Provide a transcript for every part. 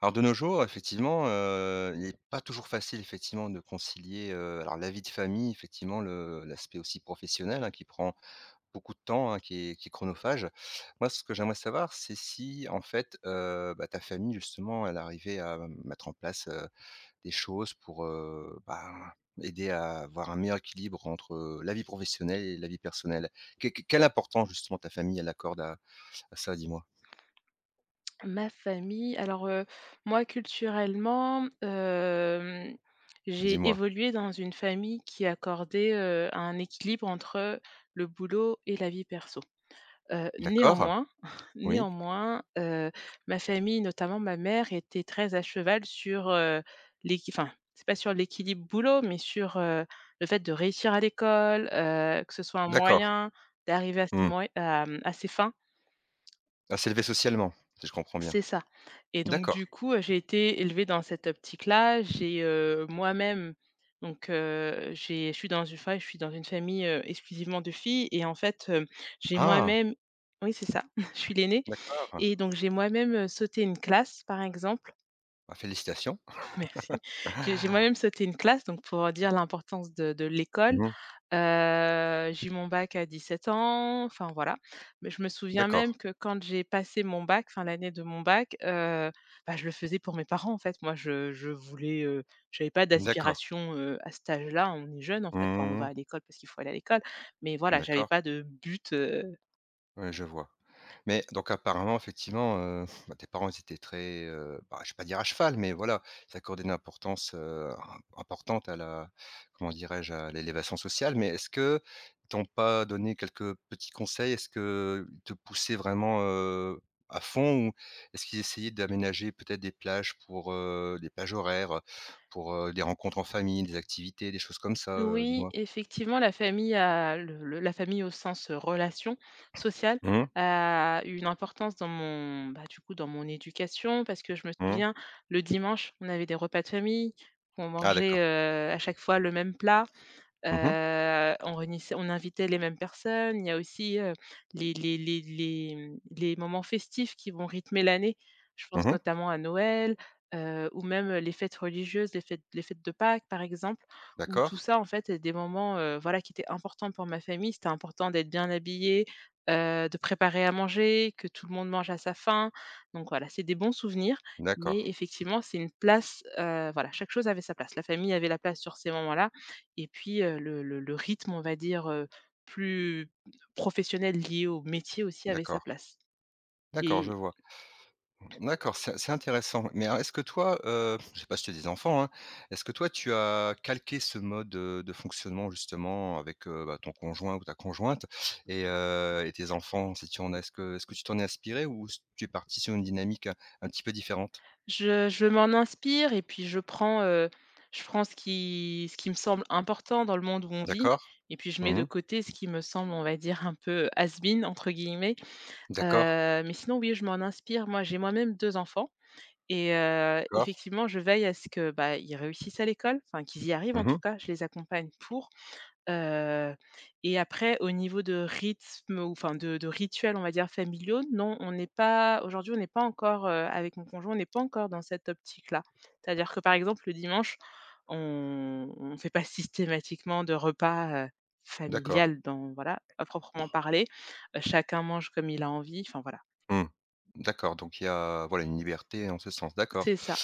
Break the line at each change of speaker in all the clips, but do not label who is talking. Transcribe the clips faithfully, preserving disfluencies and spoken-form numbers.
Alors de nos jours, effectivement, heu, il n'est pas toujours facile, effectivement, de concilier, heu, alors la vie de famille, effectivement, le l'aspect aussi professionnel, hein, qui prend beaucoup de temps, hein, qui est qui est chronophage. Moi, ce que j'aimerais savoir, c'est si, en fait, heu, bah, ta famille, justement, elle arrivait à mettre en place, heu, des choses pour, heu, ben, aider à avoir un meilleur équilibre entre, heu, la vie professionnelle et la vie personnelle. Que que quelle importance, justement, ta famille, elle accorde à à ça, dis-moi?
Ma famille, alors, heu, moi culturellement, hem, j'ai
Dis-moi.
évolué dans une famille qui accordait, heu, un équilibre entre le boulot et la vie perso. Heu,
D'accord?
néanmoins
Oui?
néanmoins, heu, ma famille, notamment ma mère, était très à cheval sur, heu, l'équi enfin, c'est pas sur l'équilibre boulot, mais sur, heu, le fait de réussir à l'école, heu, que ce soit un
D'accord.
moyen d'arriver à ses
Mmh.
moy à, mmh, à ses fins.
À s'élever socialement, si je comprends bien.
C'est ça et donc
D'accord.
du coup, heu, j'ai été élevée dans cette optique-là. J'ai, heu, moi-même donc heu, j'ai je suis dans une fa je suis dans une famille, heu, exclusivement de filles et en fait, hem, j'ai
Ah!
moi-même oui, c'est ça, je suis l'aînée
D'accord.
et donc j'ai moi-même, heu, sauté une classe, par exemple.
Ah, félicitations.
Merci. J'ai j'ai moi-même sauté une classe, donc pour dire l'importance de de l'école.
Mmh.
Heu, j'ai eu mon bac à dix-sept ans, enfin voilà. Mais je me souviens
D'accord,
même que quand j'ai passé mon bac, enfin l'année de mon bac, heu, bah, je le faisais pour mes parents, en fait. Moi, je je voulais, heu, j'avais pas
d'accord.
d'aspiration, heu, à cet âge-là. On est jeune, en fait, enfin, on va
Mmh.
à l'école parce qu'il faut aller à l'école. Mais voilà, j'avais
D'accord.
pas de but.
Ouais, je vois. Mais donc apparemment, effectivement, heu, bah, tes parents, ils étaient très, heu, bah, je vais pas dire à cheval, mais voilà, ils accordaient une importance, heu, im importante à la, comment dirais-je, à l'élévation sociale. Mais est-ce que ils t'ont pas donné quelques petits conseils? Est-ce que ils te poussaient vraiment, heu, à fond? Ou est-ce qu'ils essayaient d'aménager peut-être des plages pour, heu, des plages horaires, pour, heu, des rencontres en famille, des activités, des choses comme ça, heu,
Oui,
dis-moi?
effectivement, la famille a le le la famille au sens, heu, relation sociale,
Mmh mh.
a eu une importance dans mon bah, du coup, dans mon éducation parce que je me
Mmh.
souviens, le dimanche, on avait des repas de famille, on
Ah,
mangeait,
d'accord.
heu, à chaque fois le même plat.
Mmh mh.
Heu, on réunissait on invitait les mêmes personnes. Il y a aussi, heu, les les les les, mmh, les moments festifs qui vont rythmer l'année. Je pense
Mmh.
notamment à Noël, heu, ou même, les fêtes religieuses, les fêtes les fêtes de Pâques, par exemple, où
D'accord.
tout ça, en fait, est des moments, heu, voilà, qui étaient importants pour ma famille. C'était important d'être bien habillé, heu, de préparer à manger, que tout le monde mange à sa faim. Donc voilà, c'est des bons souvenirs,
D'accord.
mais effectivement, c'est une place, heu, voilà, chaque chose avait sa place. La famille avait la place sur ces moments-là et puis, heu, le le le rythme, on va dire, heu, plus professionnel lié au métier aussi avait sa
D'accord.
place
D'accord, je
et.
vois. D'accord, c'est c'est intéressant. Mais alors est-ce que toi, heu, je sais pas si tu as des enfants, hein, est-ce que toi tu as calqué ce mode, heu, de fonctionnement justement avec, heu, bah, ton conjoint ou ta conjointe et heu et tes enfants si tu en as? Est-ce que est-ce que tu t'en es inspiré ou s tu es parti sur une dynamique un un petit peu différente?
Je je m'en inspire et puis je prends, heu, je prends ce qui ce qui me semble important dans le monde où on vit
D'accord.
et puis je mets
Mmh.
de côté ce qui me semble, on va dire, un peu «has been» entre guillemets,
D'accord,
heu, mais sinon oui, je m'en inspire. Moi, j'ai moi-même deux enfants. Et heu,
d'accord.
effectivement, je veille à ce que, bah, ils réussissent à l'école, enfin qu'ils y arrivent en tout
Mmh.
cas, je les accompagne pour. Heu et après au niveau de rythme ou enfin de de rituels, on va dire familiaux, non, on n'est pas aujourd'hui, on n'est pas encore, heu, avec mon conjoint, on n'est pas encore dans cette optique-là. C'est-à-dire que, par exemple, le dimanche, on ne fait pas systématiquement de repas, heu,
D'accord.
familial dans voilà, à proprement parler. Heu, chacun mange comme il a envie, enfin voilà.
Mmh. D'accord, donc il y a, voilà, une liberté en ce sens, d'accord.
C'est ça.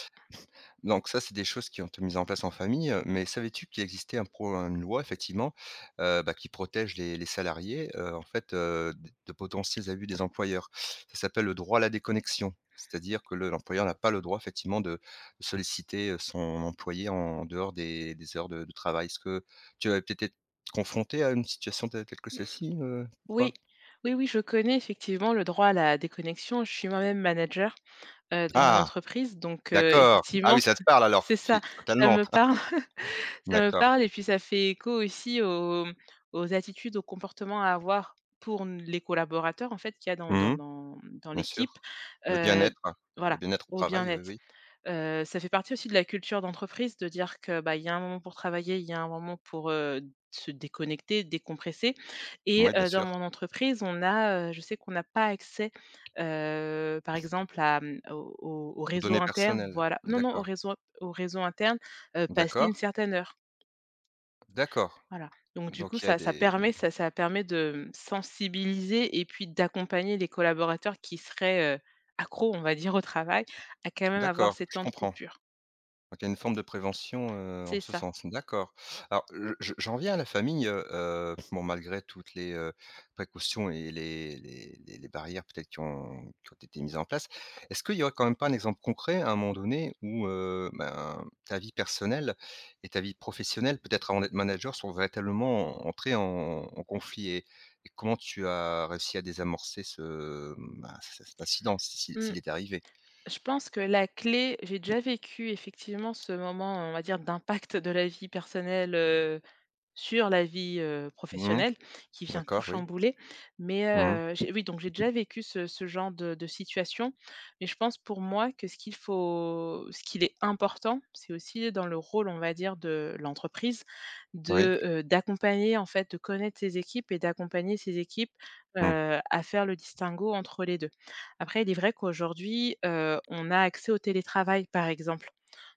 Donc ça, c'est des choses qui ont été mises en place en famille, heu, mais savais-tu qu'il existait un pro une loi effectivement, heu, bah, qui protège les les salariés, heu, en fait, heu, d de potentiels abus des employeurs? Ça s'appelle le droit à la déconnexion. C'est-à-dire que le l'employeur n'a pas le droit effectivement de solliciter, son employé en dehors des des heures de de travail. Est-ce que tu as peut-être été confronté à une situation telle telle que celle-ci, heu, ou
Oui,
pas?
oui, oui, je connais effectivement le droit à la déconnexion. Je suis moi-même manager, heu, de mon
Ah!
entreprise, donc heu,
D'accord. Ah oui,
effectivement,
ça te parle alors,
c'est
fi
ça, ça
fatalement.
me parle, ça me
D'accord.
parle et puis ça fait écho aussi aux, mmh, aux attitudes, aux comportements à avoir pour n les collaborateurs en fait qu'il y a dans dans
Mmh.
dans dans
Bien
l'équipe,
sûr. Le
heu,
bien-être, le
voilà,
bien-être au
au
travail, oui,
bien-être.
oui.
Heu, ça fait partie aussi de la culture d'entreprise de dire que, bah, il y a un moment pour travailler, il y a un moment pour, heu, se déconnecter, décompresser et
Oui, bien
heu, dans
sûr.
mon entreprise, on a, heu, je sais qu'on n'a pas accès, heu, par exemple à, mmh, au au au
Vos
réseau
données
interne,
personnelles.
voilà. Non, non, au
D'accord,
réseau au réseau interne, heu, passé
d'accord,
une certaine heure,
d'accord.
voilà. Donc du coup,
Donc il y a
ça ça
des
permet ça ça permet de, mmh, sensibiliser et puis d'accompagner les collaborateurs qui seraient, heu, accros, on va dire, au travail, à quand même avoir
D'accord,
ces
je
temps de
comprends.
coupure.
Donc il y a une forme de prévention, heu, en
C'est
ce
ça.
sens. D'accord. Alors je je j'en viens à la famille, heu heu, bon malgré toutes les, heu, précautions et les les les les barrières peut-être qui ont qui ont été mises en place. Est-ce qu'il y aurait quand même pas un exemple concret à un moment donné où, heu, ben, ta vie personnelle et ta vie professionnelle, peut-être avant d'être manager, sont véritablement entrées en en conflit et et comment tu as réussi à désamorcer ce, ben, cet incident si si
Mmh,
s'il est arrivé?
je pense que la clé j'ai déjà vécu effectivement ce moment, on va dire, d'impact de la vie personnelle, sur la vie, heu,
Mmh.
professionnelle qui vient tout
D'accord, oui.
chambouler, mais
Mmh.
heu, j'ai oui, donc j'ai déjà vécu ce ce genre de de situation, mais je pense pour moi que ce qu'il faut ce qu'il est important, c'est aussi dans le rôle, on va dire, de l'entreprise
Oui.
de, heu, d'accompagner, en fait, de connaître ses équipes et d'accompagner ses équipes,
Mmh.
heu, à faire le distinguo entre les deux. Après, il est vrai qu'aujourd'hui, heu, on a accès au télétravail, par exemple,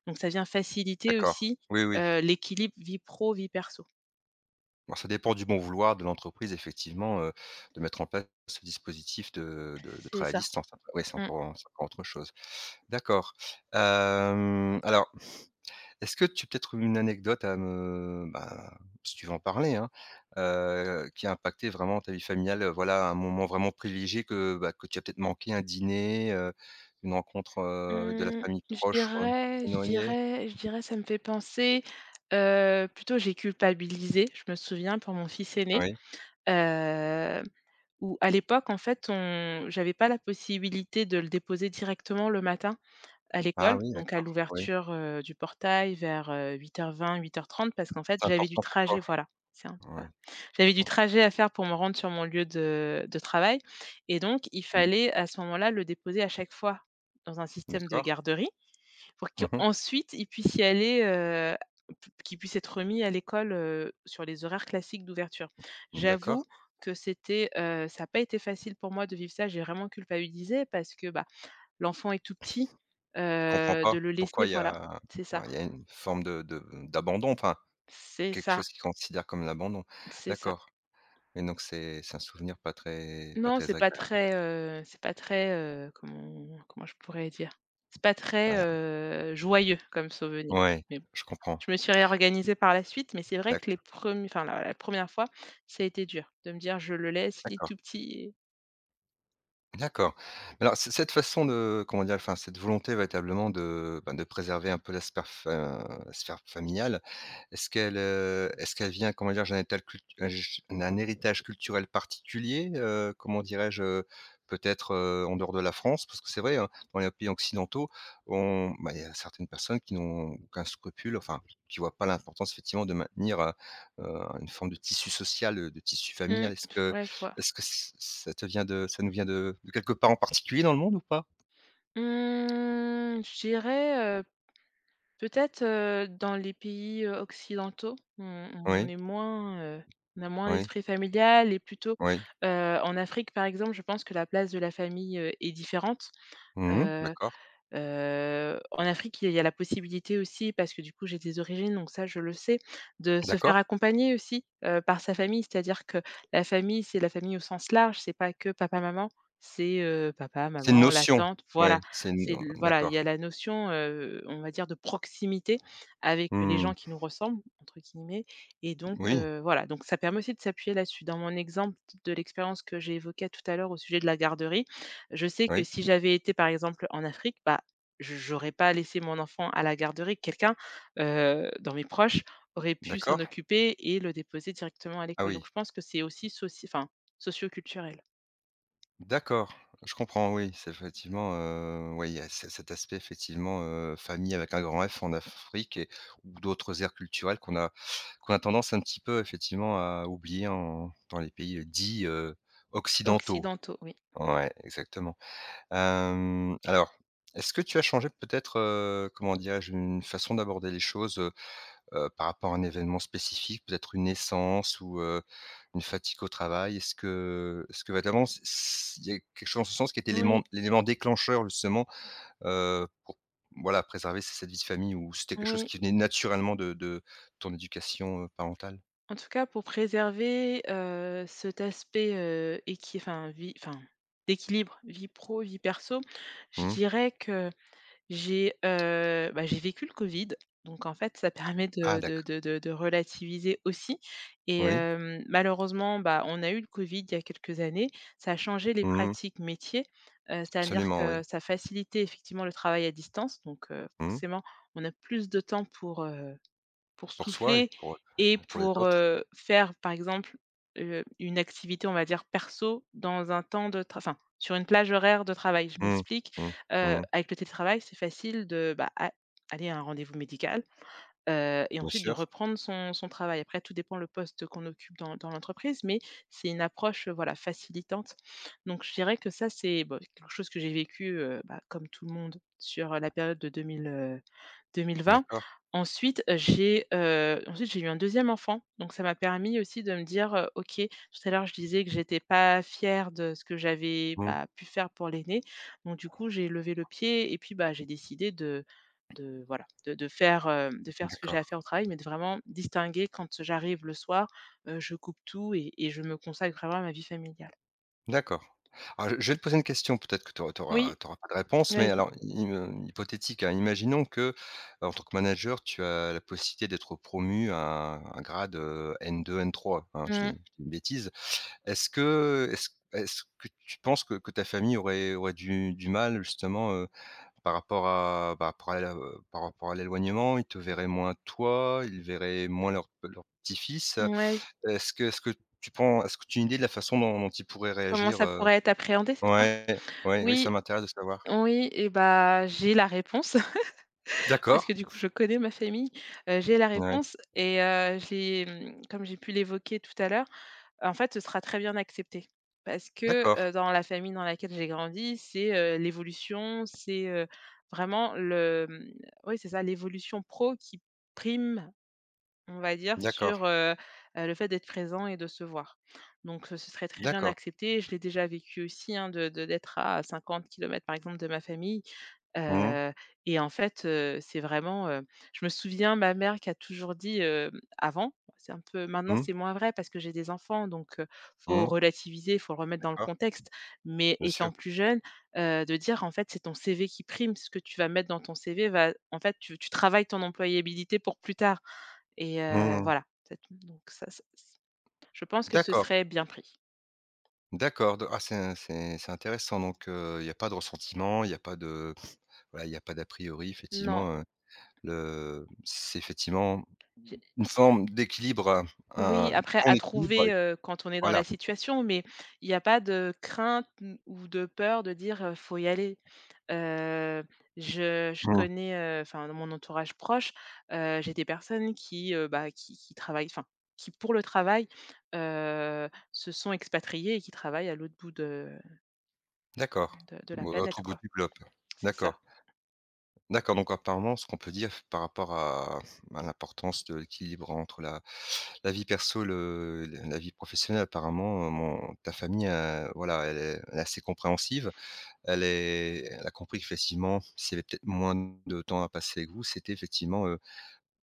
donc ça vient faciliter
D'accord.
aussi,
Oui, oui.
heu, l'équilibre vie pro, vie perso.
Bon, ça dépend du bon vouloir de l'entreprise, effectivement, heu, de mettre en place ce dispositif de de de
C'est
travail à
ça.
distance. Oui, c'est
Mmh.
encore c'est encore autre chose. D'accord. Hem, alors, est-ce que tu as peut-être une anecdote à me bah, si tu veux en parler, hein, heu, qui a impacté vraiment ta vie familiale, heu, voilà, un moment vraiment privilégié que, bah, que tu as peut-être manqué, un dîner, heu, une rencontre, heu, avec de la
Mmh,
famille
je
proche ou un petit
dirais
peu
je
éloignée?
dirais je dirais ça me fait penser, heu, plutôt j'ai culpabilisé, je me souviens pour mon fils aîné,
Oui.
heu, où à l'époque en fait on j'avais pas la possibilité de le déposer directement le matin à
Ah
l'école,
oui,
donc à
d'accord, oui.
l'ouverture, heu, du portail vers, heu, huit heures vingt-huit heures trente parce qu'en fait,
C'est
j'avais du
important pour toi?
trajet voilà, c'est un
Oui,
voilà.
je
J'avais du
com
trajet à faire pour me rendre sur mon lieu de de travail et donc il
Mmh.
fallait à ce moment-là le déposer à chaque fois dans un système de
D'accord.
garderie pour
Mmh mh.
qu'ensuite il puisse y aller, heu, p qu'il puisse être remis à l'école, heu, sur les horaires classiques d'ouverture.
D'accord.
J'avoue que c'était, heu, ça n'a pas été facile pour moi de vivre ça, j'ai vraiment culpabilisé parce que, bah, l'enfant est tout petit,
Je comprends
heu,
pas
de le laisser
pourquoi il y
voilà,
a
c'est
ouais,
ça,
il y a une forme de de d'abandon, enfin,
c'est
quelque
ça,
chose qu'ils considèrent comme l'abandon.
c'est ça.
D'accord, et donc c'est c'est un souvenir pas très, pas
Non,
très
c'est pas
agréable.
très, heu, c'est pas très, heu, comment comment je pourrais dire? C'est pas très,
Ah,
heu, joyeux comme souvenir,
ouais,
mais bon.
je comprends.
Je me suis réorganisée par la suite, mais c'est vrai que les
D'accord,
premiers, enfin la la première fois, ça a été dur de me dire: «Je le laisse, il est
d'accord,
tout petit et».
d'accord. Alors c cette façon de, comment dire? Enfin, cette volonté véritablement de, ben, de préserver un peu la sphère fa euh, la sphère familiale. Est-ce qu'elle, heu, est-ce qu'elle vient, comment dire? D'un étal cult un j- d'un héritage culturel particulier, heu, comment dirais-je? Heu, peut-être, heu, en dehors de la France? Parce que c'est vrai, hein, dans les pays occidentaux, on bah, il y a certaines personnes qui n'ont aucun scrupule, enfin, qui voient pas l'importance effectivement de maintenir, heu heu, une forme de tissu social, heu, de tissu
Mmh,
familial. Est-ce que
ouais, je vois.
est-ce que ç ça te vient de ça nous vient de de quelque part en particulier dans le monde ou pas?
Mmh, je dirais, Peut-être, heu, dans les pays, heu, occidentaux, on on
Oui,
est moins, heu, on a moins
oui,
l'esprit familial et plutôt,
oui.
heu, en Afrique, par exemple, je pense que la place de la famille, heu, est différente.
Mmh.
heu
D'accord,
Heu, en Afrique, il y a la possibilité aussi, parce que du coup, j'ai des origines, donc ça, je le sais, de se faire
d'accord.
accompagner aussi, heu, par sa famille. C'est-à-dire que la famille, c'est la famille au sens large, c'est pas que papa, maman, c'est, heu, papa,
C'est une
maman, la
notion.
tante, voilà.
Oui, c'est une
C'est voilà, il y
d'accord.
a la notion, heu, on va dire de proximité avec les gens
Mmh.
qui nous ressemblent, entre guillemets et donc
Oui,
heu, voilà, donc ça permet aussi de s'appuyer là-dessus. Dans mon exemple de l'expérience que j'ai évoquée tout à l'heure au sujet de la garderie, je sais que
oui,
si j'avais été, par exemple, en Afrique, bah, je j'aurais pas laissé mon enfant à la garderie. Quelqu'un, heu, dans mes proches aurait pu s'en
d'accord.
occuper et le déposer directement à
Ah
l'école. Donc
oui,
je pense que c'est aussi soci enfin, socio-culturel.
d'accord, je comprends, oui, c'est effectivement, heu, ouais, il y a ce cet aspect effectivement, heu, famille avec un grand F en Afrique et ou d'autres aires culturelles qu'on a qu'on a tendance un petit peu effectivement à oublier en dans les pays, heu, dits, heu, occidentaux.
Occidentaux, oui.
Ouais, exactement. Hem, alors, est-ce que tu as changé peut-être, heu, comment dirais-je, une façon d'aborder les choses, heu, par rapport à un événement spécifique, peut-être une naissance ou, heu, une fatigue au travail? Est-ce que est-ce que vraiment c c il y a quelque chose en ce sens, qui est
Oui,
élément l'élément déclencheur justement, heu, pour voilà préserver c cette vie de famille ou c'était quelque chose
oui.
qui venait naturellement de de ton éducation, heu, parentale?
En tout cas, pour préserver, heu, cet aspect, heu, équi enfin vie enfin, d'équilibre vie pro, vie perso, je
Mmh.
dirais que J'ai, heu, bah, j'ai vécu le Covid, donc en fait, ça permet
Ah,
de de
d'accord.
de de de relativiser aussi et
Oui.
hem, malheureusement, bah, on a eu le Covid il y a quelques années. Ça a changé les
Mmh.
pratiques métiers, heu, c'est-à-dire
Absolument, oui.
que ça facilitait effectivement le travail à distance, donc heu,
Mmh.
forcément, on a plus de temps pour, heu pour
Pour soi et
souffler
pour,
et
pour les
pour,
autres.
heu, faire, par exemple, heu, une activité, on va dire, perso dans un temps de tra enfin, sur une plage horaire de travail. Je
Mmh.
m'explique,
Mmh.
heu,
Mmh.
avec le télétravail, c'est facile de, bah, a aller à un rendez-vous médical, heu et
Bien
ensuite de
sûr.
reprendre son son travail. Après, tout dépend le poste qu'on occupe dans dans l'entreprise, mais c'est une approche, heu, voilà, facilitante. Donc je dirais que ça, c'est, bah, quelque chose que j'ai vécu, heu, bah, comme tout le monde sur, la période de deux mille, deux mille vingt.
D'accord.
Ensuite, heu, j'ai, heu, ensuite j'ai eu un deuxième enfant, donc ça m'a permis aussi de me dire, heu: «OK». Tout à l'heure, je disais que j'étais pas fière de ce que j'avais,
Mmh.
bah, pu faire pour l'aîné, donc du coup, j'ai levé le pied et puis, bah, j'ai décidé de de voilà, de de faire, heu, de faire ce que j'ai à faire
D'accord.
au travail, mais de vraiment distinguer quand j'arrive le soir, heu, je coupe tout et et je me consacre vraiment à ma vie familiale.
D'accord. Alors je je vais te poser une question, peut-être que tu auras tu
Oui,
auras pas de réponse, mais
vas-y.
alors im hem, hypothétique, hein. Imaginons que, en tant que manager, tu as la possibilité d'être promu à un un grade, heu, n deux, n trois. Hein, je dis je
Mmh,
dis une bêtise. Est-ce que est-ce est-ce que tu penses que que ta famille aurait aurait du du mal justement, heu, par rapport à par rapport à la euh, par rapport à l'éloignement? Ils te verraient moins toi, ils verraient moins leur leur petit-fils.
ouais,
Est-ce que est-ce que tu penses, est-ce que tu as une idée de la façon dont dont ils pourraient
comment
réagir?
ça
euh,
pourrait être appréhendé, c'est ça?
Ouais, ouais, oui, ça
Oui.
m'intéresse de savoir.
Oui et bah, j'ai la réponse
D'accord,
parce que du coup, je connais ma famille. Heu, j'ai la
ouais,
réponse et heu, j'ai, mmh, comme j'ai pu l'évoquer tout à l'heure, en fait, ce sera très bien accepté parce que,
d'accord,
heu, dans la famille dans laquelle j'ai grandi, c'est, heu, l'évolution, c'est, heu, vraiment le, mmh, oui, c'est ça, l'évolution pro qui prime, on va dire,
d'accord,
sur, heu heu, le fait d'être présent et de se voir. Donc heu, ce serait très bien
d'accord.
accepté. Je l'ai déjà vécu aussi, hein, de de d'être à cinquante kilomètres, par exemple, de ma famille.
Mmh mh.
Heu et en fait, heu, c'est vraiment, heu, je me souviens ma mère qui a toujours dit, heu, avant, c'est un peu maintenant
Mmh.
c'est moins vrai parce que j'ai des enfants donc heu, faut relativiser, faut le remettre dans le
D'accord,
contexte. Mais
bien sûr.
étant plus jeune, heu, de dire: «En fait, c'est ton C V qui prime, ce que tu vas mettre dans ton C V va en fait, tu tu travailles ton employabilité pour plus tard» et heu,
Mmh.
voilà, c'est. Donc ça, ça je pense que ce
D'accord,
serait bien pris.
d'accord, de ah, c'est c'est c'est intéressant donc heu, il y a pas de ressentiment, il y a pas de voilà, il y a pas d'a priori
Non.
effectivement, heu, le c'est effectivement une forme d'équilibre, heu,
Oui,
un
après
ton
à
équilibre,
trouver, heu, quand on est dans
voilà.
la situation, mais il n'y a pas de crainte n ou de peur de dire, heu: «Faut y aller». Heu, je je
Mmh.
connais, heu, enfin dans mon entourage proche, heu, j'ai des personnes qui, heu, bah, qui qui travaillent enfin, qui pour le travail, heu, se sont expatriées et qui travaillent à l'autre bout de
D'accord,
de de la
bon, l'autre
planète
bout
quoi.
du globe.
C'est ça,
D'accord, d'accord, donc apparemment ce qu'on peut dire par rapport à à l'importance de l'équilibre entre la La vie perso, le la vie professionnelle apparemment, heu, mon ta famille, heu, voilà, elle est elle est assez compréhensive. Elle est elle a compris qu'effectivement, s'il y avait peut-être moins de temps à passer avec vous, c'était effectivement, heu,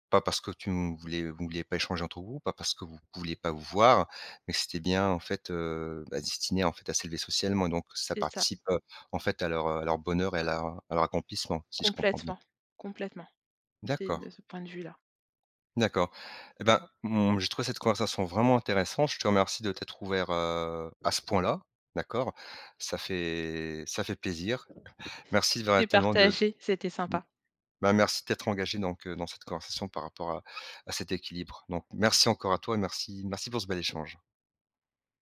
pas parce que tu ne voulais vous vouliez pas échanger entre vous, pas parce que vous ne vouliez pas vous voir, mais que c'était bien en fait, heu, bah, destiné en fait à s'élever socialement donc ça
c'est ça.
participe, heu, en fait à leur, à leur bonheur et à leur à leur accomplissement, si je comprends bien.
Complètement, complètement. C'est
D'accord.
de ce point de vue-là.
D'accord. Eh ben, mmh, j'ai trouvé cette conversation vraiment intéressante. Je te remercie de t'être ouvert, heu, à ce point-là, d'accord? Ça fait ça fait plaisir. Merci
C'est
véritablement de
partagé, c'était sympa.
bah, merci d'être engagé donc, heu, dans cette conversation par rapport à à cet équilibre. Donc merci encore à toi et merci merci pour ce bel échange.